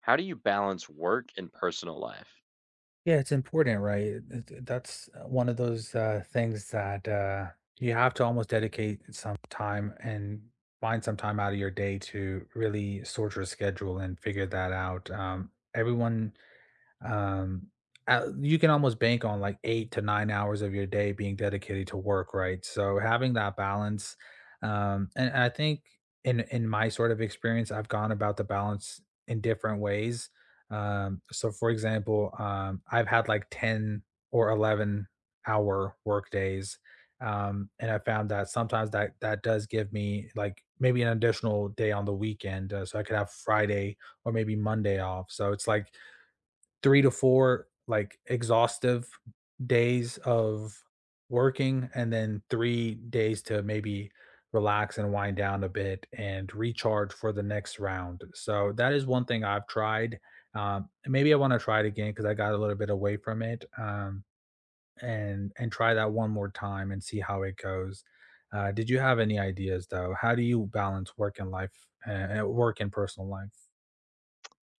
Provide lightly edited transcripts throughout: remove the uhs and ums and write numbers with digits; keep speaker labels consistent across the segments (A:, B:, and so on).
A: How do you balance work and personal life?
B: Yeah, it's important, right? It- it- That's One of those things that you have to almost dedicate some time and find some time out of your day to really sort your schedule and figure that out. Everyone um, you can almost bank on like 8 to 9 hours of your day being dedicated to work, right? So having that balance, and I think in my sort of experience, I've gone about the balance in different ways. So for example, I've had like 10 or 11-hour work days. And I found that sometimes that does give me like maybe an additional day on the weekend, so I could have Friday or maybe Monday off. So it's like 3 to 4, like, exhaustive days of working, and then 3 days to maybe relax and wind down a bit and recharge for the next round. So that is one thing I've tried, maybe I wanna try it again because I got a little bit away from it, and try that one more time and see how it goes. Did you have any ideas, though? How do you balance work and life, work and personal life?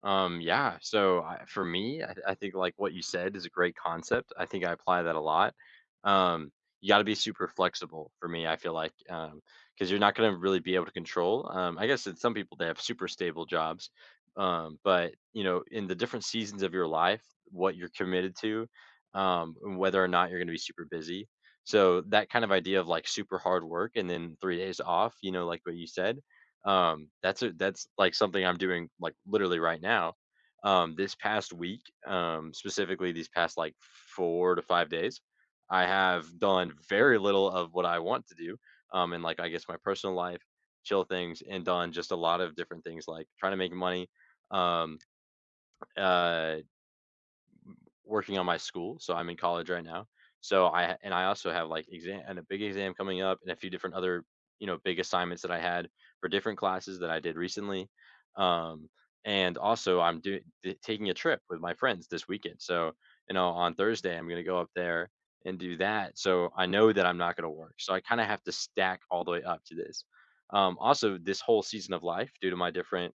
A: Yeah, so for me, I think like what you said is a great concept. I think I apply that a lot. Um, you got to be super flexible for me. I feel like because you're not going to really be able to control. I guess in some people they have super stable jobs, but you know, in the different seasons of your life, what you're committed to, and whether or not you're going to be super busy. So that kind of idea of like super hard work and then 3 days off, you know, like what you said. That's like, something I'm doing, like, literally right now. This past week, specifically these past, like, 4 to 5 days, I have done very little of what I want to do, in, like, I guess, my personal life, chill things, and done just a lot of different things, like, trying to make money, um, uh working on my school, so I'm in college right now. So I also have like exam and a big exam coming up and a few different other, you know, big assignments that I had for different classes that I did recently. Um and also I'm doing taking a trip with my friends this weekend. So, you know, on Thursday I'm going to go up there and do that. So I know that I'm not going to work. So I kind of have to stack all the way up to this. Also this whole season of life due to my different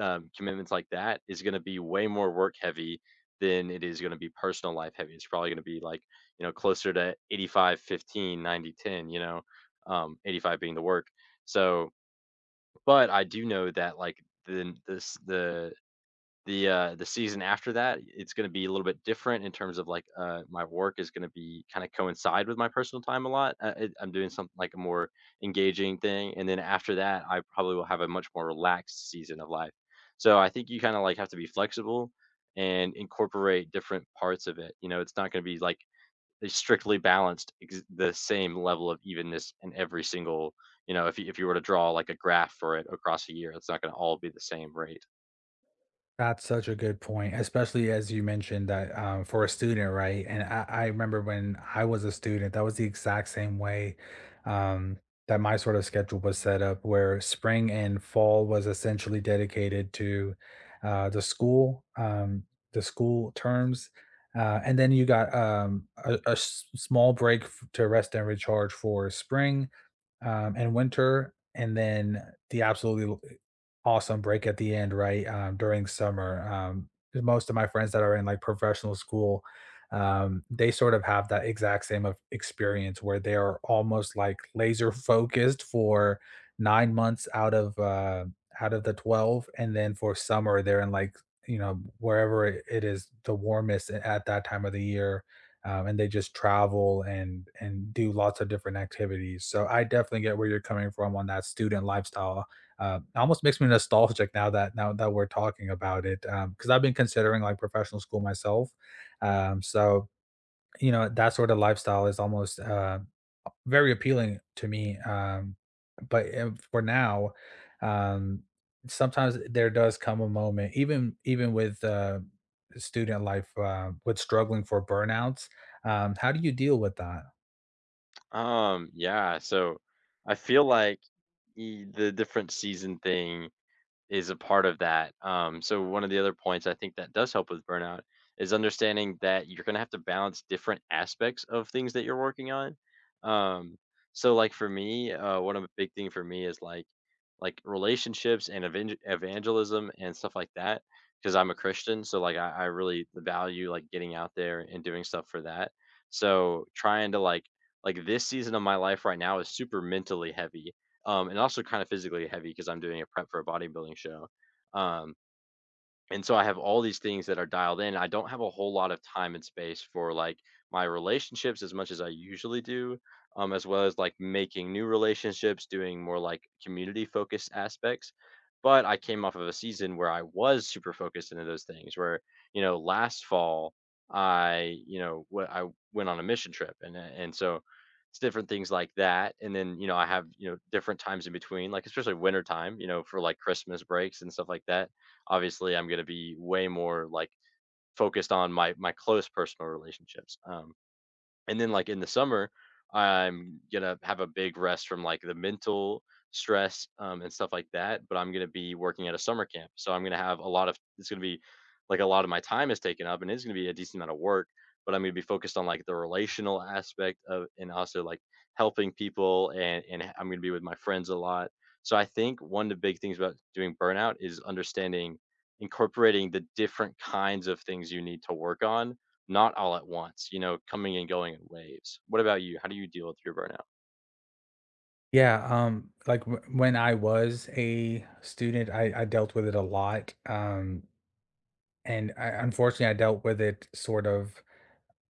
A: commitments like that is going to be way more work heavy than it is going to be personal life heavy. It's probably going to be like, you know, closer to 85, 15, 90, 10. You know, 85 being the work. So, but I do know that like the, this, the season after that, it's going to be a little bit different in terms of like my work is going to be kind of coincide with my personal time a lot. I'm doing something like a more engaging thing, and then after that, I probably will have a much more relaxed season of life. So I think you kind of like have to be flexible and incorporate different parts of it. You know, it's not going to be like a strictly balanced the same level of evenness in every single. You know, if you were to draw like a graph for it across a year, it's not going to all be the same rate.
B: That's such a good point, especially as you mentioned that, for a student, right? And I remember when I was a student, that was the exact same way, um, that my sort of schedule was set up, where spring and fall was essentially dedicated to, uh, the school, um, the school terms. And then you got, small break to rest and recharge for spring, and winter, and then the awesome break at the end, right? During summer, 'cause most of my friends that are in like professional school, they sort of have that exact same of experience where they are almost like laser focused for 9 months out of the 12, and then for summer they're in like, you know, wherever it is the warmest at that time of the year, and they just travel and do lots of different activities. So I definitely get where you're coming from on that student lifestyle. It almost makes me nostalgic now that we're talking about it because I've been considering like professional school myself. So you know, that sort of lifestyle is almost, very appealing to me, but for now, um, sometimes there does come a moment, even with, student life, with struggling for burnouts. Um, how do you deal with that?
A: Yeah, so I feel like e the different season thing, is a part of that. So one of the other points I think that does help with burnout is understanding that you're going to have to balance different aspects of things that you're working on. Um, so like for me, one of the big thing for me is like relationships and evangelism and stuff like that because I'm a Christian. So like I really value like getting out there and doing stuff for that. So trying to like this season of my life right now is super mentally heavy, and also kind of physically heavy because I'm doing a prep for a bodybuilding show. Um, and so I have all these things that are dialed in. I don't have a whole lot of time and space for like my relationships as much as I usually do, as well as like making new relationships, doing more like community focused aspects. But I came off of a season where I was super focused into those things. Where you know last fall I you know wh- I went on a mission trip, and so it's different things like that. And then you know I have you know different times in between, like especially winter time, you know for like Christmas breaks and stuff like that, obviously I'm going to be way more like focused on my close personal relationships, and then like in the summer I'm gonna have a big rest from like the mental stress, and stuff like that but I'm gonna be working at a summer camp so I'm gonna have a lot of it's gonna be like a lot of my time is taken up and it's gonna be a decent amount of work but I'm gonna be focused on like the relational aspect of and also like helping people, and I'm gonna be with my friends a lot, so I think one of the big things about doing burnout is understanding incorporating the different kinds of things you need to work on, not all at once, you know, coming and going in waves. What about you? How do you deal with your burnout?
B: Yeah, like, w when I was a student, I dealt with it a lot, and I unfortunately, I dealt with it sort of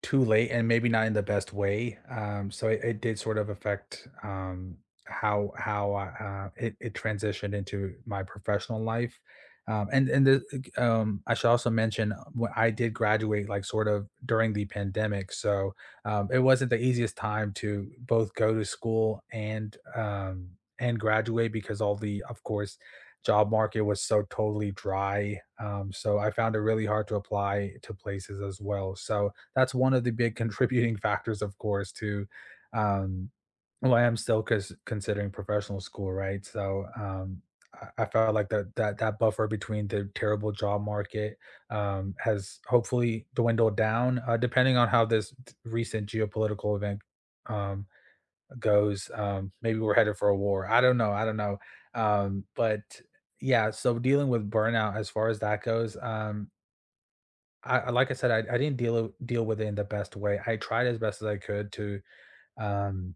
B: too late and maybe not in the best way. It did sort of affect, how it, it transitioned into my professional life. I should also mention, when I did graduate, like sort of during the pandemic, so it wasn't the easiest time to both go to school and graduate because all the, of course, job market was so totally dry. So I found it really hard to apply to places as well. So that's one of the big contributing factors, of course, to, um, well, I am still considering professional school, right? I felt like that buffer between the terrible job market, has hopefully dwindled down, depending on how this recent geopolitical event, um, goes. Maybe we're headed for a war. I don't know. I don't know. But yeah, so dealing with burnout as far as that goes. I Like I said, I didn't deal with it in the best way. I tried as best as I could um,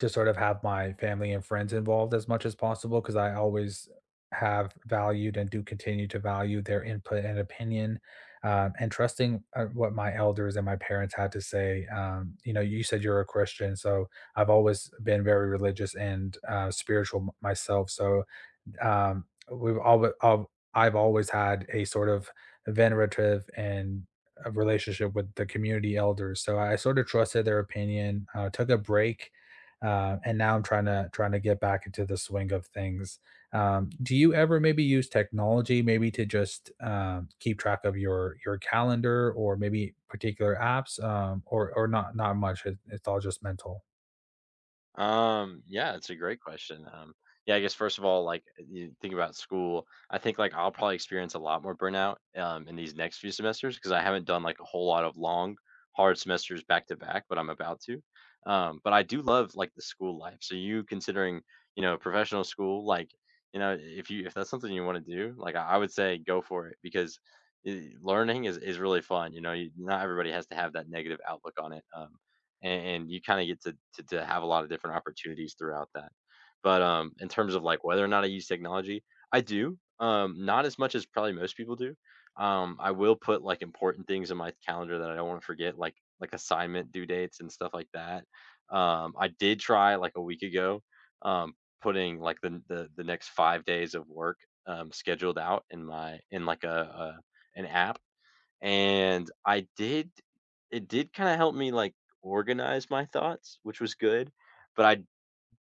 B: to sort of have my family and friends involved as much as possible because I always have valued and do continue to value their input and opinion, and trusting, what my elders and my parents had to say. You know, you said you're a Christian, so I've always been very religious and, spiritual m myself, so um, we've alwa I've always had a sort of venerative and a relationship with the community elders, so I sort of trusted their opinion, took a break, and now I'm trying to get back into the swing of things. Do you ever maybe use technology maybe to just, keep track of your calendar or maybe particular apps, or not much, it's all just mental?
A: Yeah, it's a great question. Yeah, I guess first of all, like you think about school, I think like I'll probably experience a lot more burnout, in these next few semesters because I haven't done like a whole lot of long, hard semesters back to back, but I'm about to. But I do love like the school life. So you considering, you know, professional school, like, you know, if that's something you want to do, like I would say go for it because I learning is really fun. You know, not everybody has to have that negative outlook on it. And you kind of get to have a lot of different opportunities throughout that. But in terms of like whether or not I use technology, I do. Not as much as probably most people do. I will put like important things in my calendar that I don't want to forget, like assignment due dates and stuff like that. I did try like a week ago, um, putting like the next 5 days of work, scheduled out in my in like a an app, and I did it did kinda help me, like, organize my thoughts, which was good, but I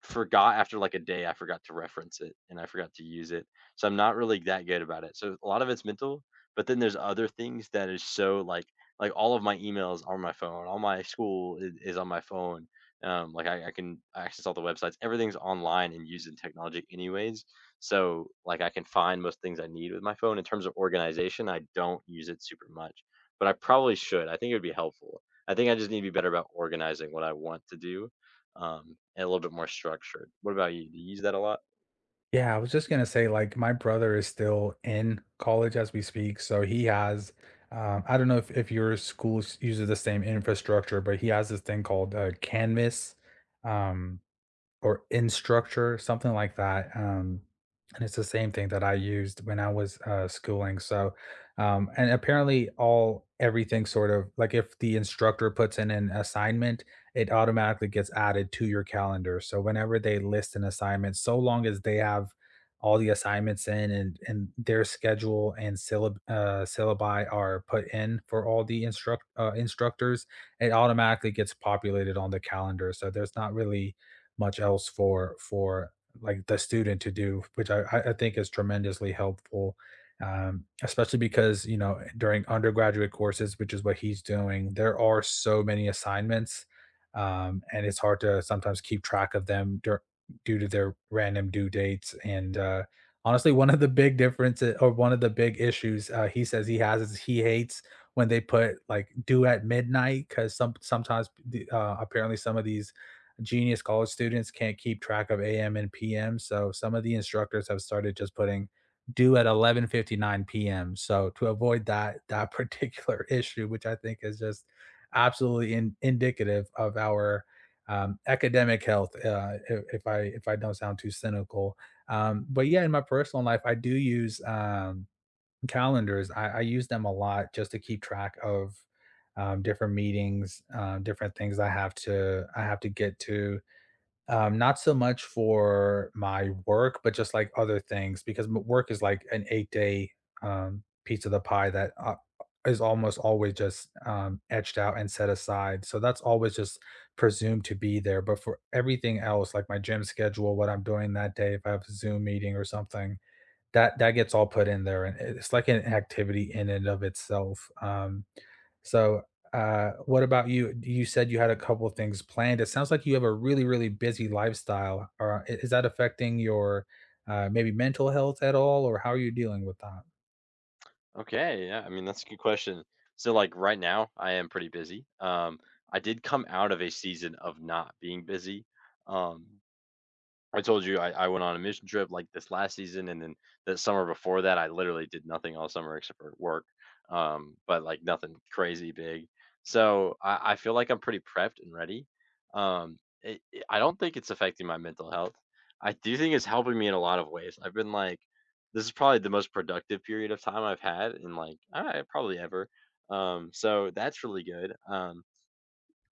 A: forgot after, like, a day, I forgot to reference it, and I forgot to use it, so I'm not really that good about it, so a lot of it's mental, but then there's other things that is so, like all of my emails are on my phone, all my school is on my phone, like, I can access all the websites, everything's online and using technology anyways, so, like, I can find most things I need with my phone. In terms of organization, I don't use it super much, but I probably should, I think it would be helpful. I think I just need to be better about organizing what I want to do, and a little bit more structured. What about you? Do you use that a lot?
B: Yeah, I was just gonna say, like, my brother is still in college as we speak, so he has, I don't know if your school uses the same infrastructure, but he has this thing called Canvas. Um, or Instructure, something like that, and it's the same thing that I used when I was, schooling, so, and apparently all everything sort of like, if the instructor puts in an assignment, it automatically gets added to your calendar, so whenever they list an assignment, so long as they have all the assignments in and their schedule and syllabi are put in for all the instructors, it automatically gets populated on the calendar, so there's not really much else for like the student to do, which I think is tremendously helpful, especially because, you know, during undergraduate courses, which is what he's doing, there are so many assignments, and it's hard to sometimes keep track of them dur due to their random due dates, and, honestly, one of the big differences or one of the big issues, he says he has is he hates when they put, like, due at midnight because sometimes the, apparently some of these genius college students can't keep track of AM and PM. So some of the instructors have started just putting due at 11:59 p.m. So to avoid that that particular issue, which I think is just indicative of our academic health. If I don't sound too cynical, but yeah, in my personal life, I do use, calendars. I use them a lot just to keep track of, different meetings, different things I have to get to, not so much for my work, but just, like, other things because m work is, like, an 8 day, piece of the pie that, is almost always just, etched out and set aside, so that's always just presumed to be there, but for everything else, like my gym schedule, what I'm doing that day, if I have a Zoom meeting or something, that gets all put in there, and it's like an activity in and of itself, so, what about you? You said you had a couple of things planned. It sounds like you have a really, really busy lifestyle. Or is that affecting your, maybe mental health at all, or how are you dealing with that?
A: Okay, yeah. I mean, that's a good question. So, like right now, I am pretty busy. I did come out of a season of not being busy. Um, I told you I went on a mission trip like this last season, and then the summer before that, I literally did nothing all summer except for work, but like nothing crazy big. So I feel like I'm pretty prepped and ready. I don't think it's affecting my mental health. I do think it's helping me in a lot of ways. I've been like, this is probably the most productive period of time I've had in like probably ever. So that's really good.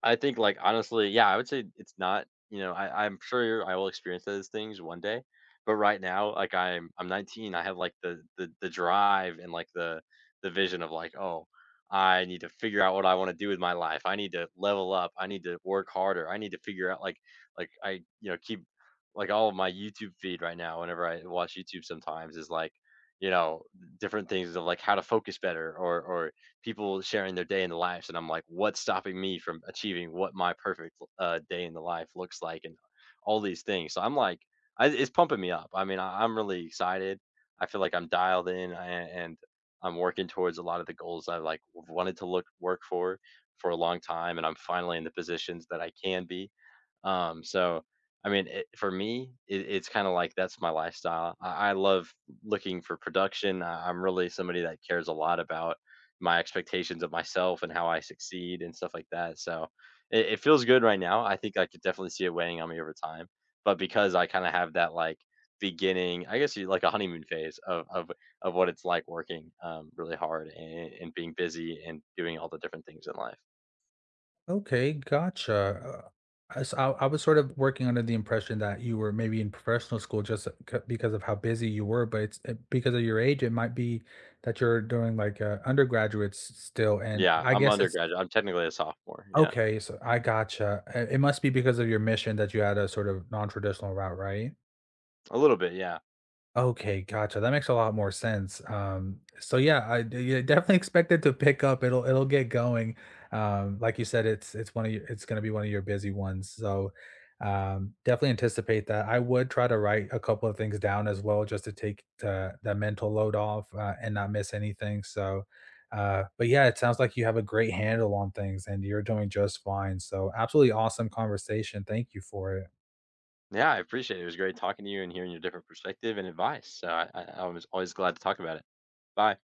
A: I think, like, honestly, yeah, I would say it's not, you know, I'm sure I will experience those things one day, but right now, like I'm 19, I have like the drive and like the vision of like, oh, I need to figure out what I want to do with my life. I need to level up. I need to work harder. I need to figure out like I you know keep like all of my YouTube feed right now. Whenever I watch YouTube, sometimes is like you know different things of like how to focus better or people sharing their day in the lives, and I'm like, what's stopping me from achieving what my perfect day in the life looks like, and all these things. So I'm like, it's pumping me up. I mean, I'm really excited. I feel like I'm dialed in, and I'm working towards a lot of the goals I like wanted to look work for a long time, and I'm finally in the positions that I can be. Um, so, I mean, for me, it's kind of like that's my lifestyle. I love looking for production. I'm really somebody that cares a lot about my expectations of myself and how I succeed and stuff like that. So, it feels good right now. I think I could definitely see it weighing on me over time. But because I kind of have that like beginning, I guess you like a honeymoon phase of what it's like working really hard, and being busy and doing all the different things in life.
B: Okay, gotcha. I was sort of working under the impression that you were maybe in professional school just because of how busy you were, but it's because of your age, it might be that you're doing like undergraduates still. And
A: Yeah,
B: I
A: I'm
B: guess it's.
A: undergraduate. I'm technically a sophomore. Yeah.
B: Okay, so I gotcha. I It must be because of your mission that you had a sort of non-traditional route, right?
A: A little bit, yeah.
B: Okay, gotcha. That makes a lot more sense. So yeah, yeah, definitely expect it to pick up. It'll get going. Like you said, it's one of your, it's going to be one of your busy ones. So definitely anticipate that. I would try to write a couple of things down as well, just to take the mental load off, and not miss anything. So, but yeah, it sounds like you have a great handle on things and you're doing just fine. So absolutely awesome conversation. Thank you for it.
A: Yeah, I appreciate it. It was great talking to you and hearing your different perspective and advice. So I was always glad to talk about it. Bye.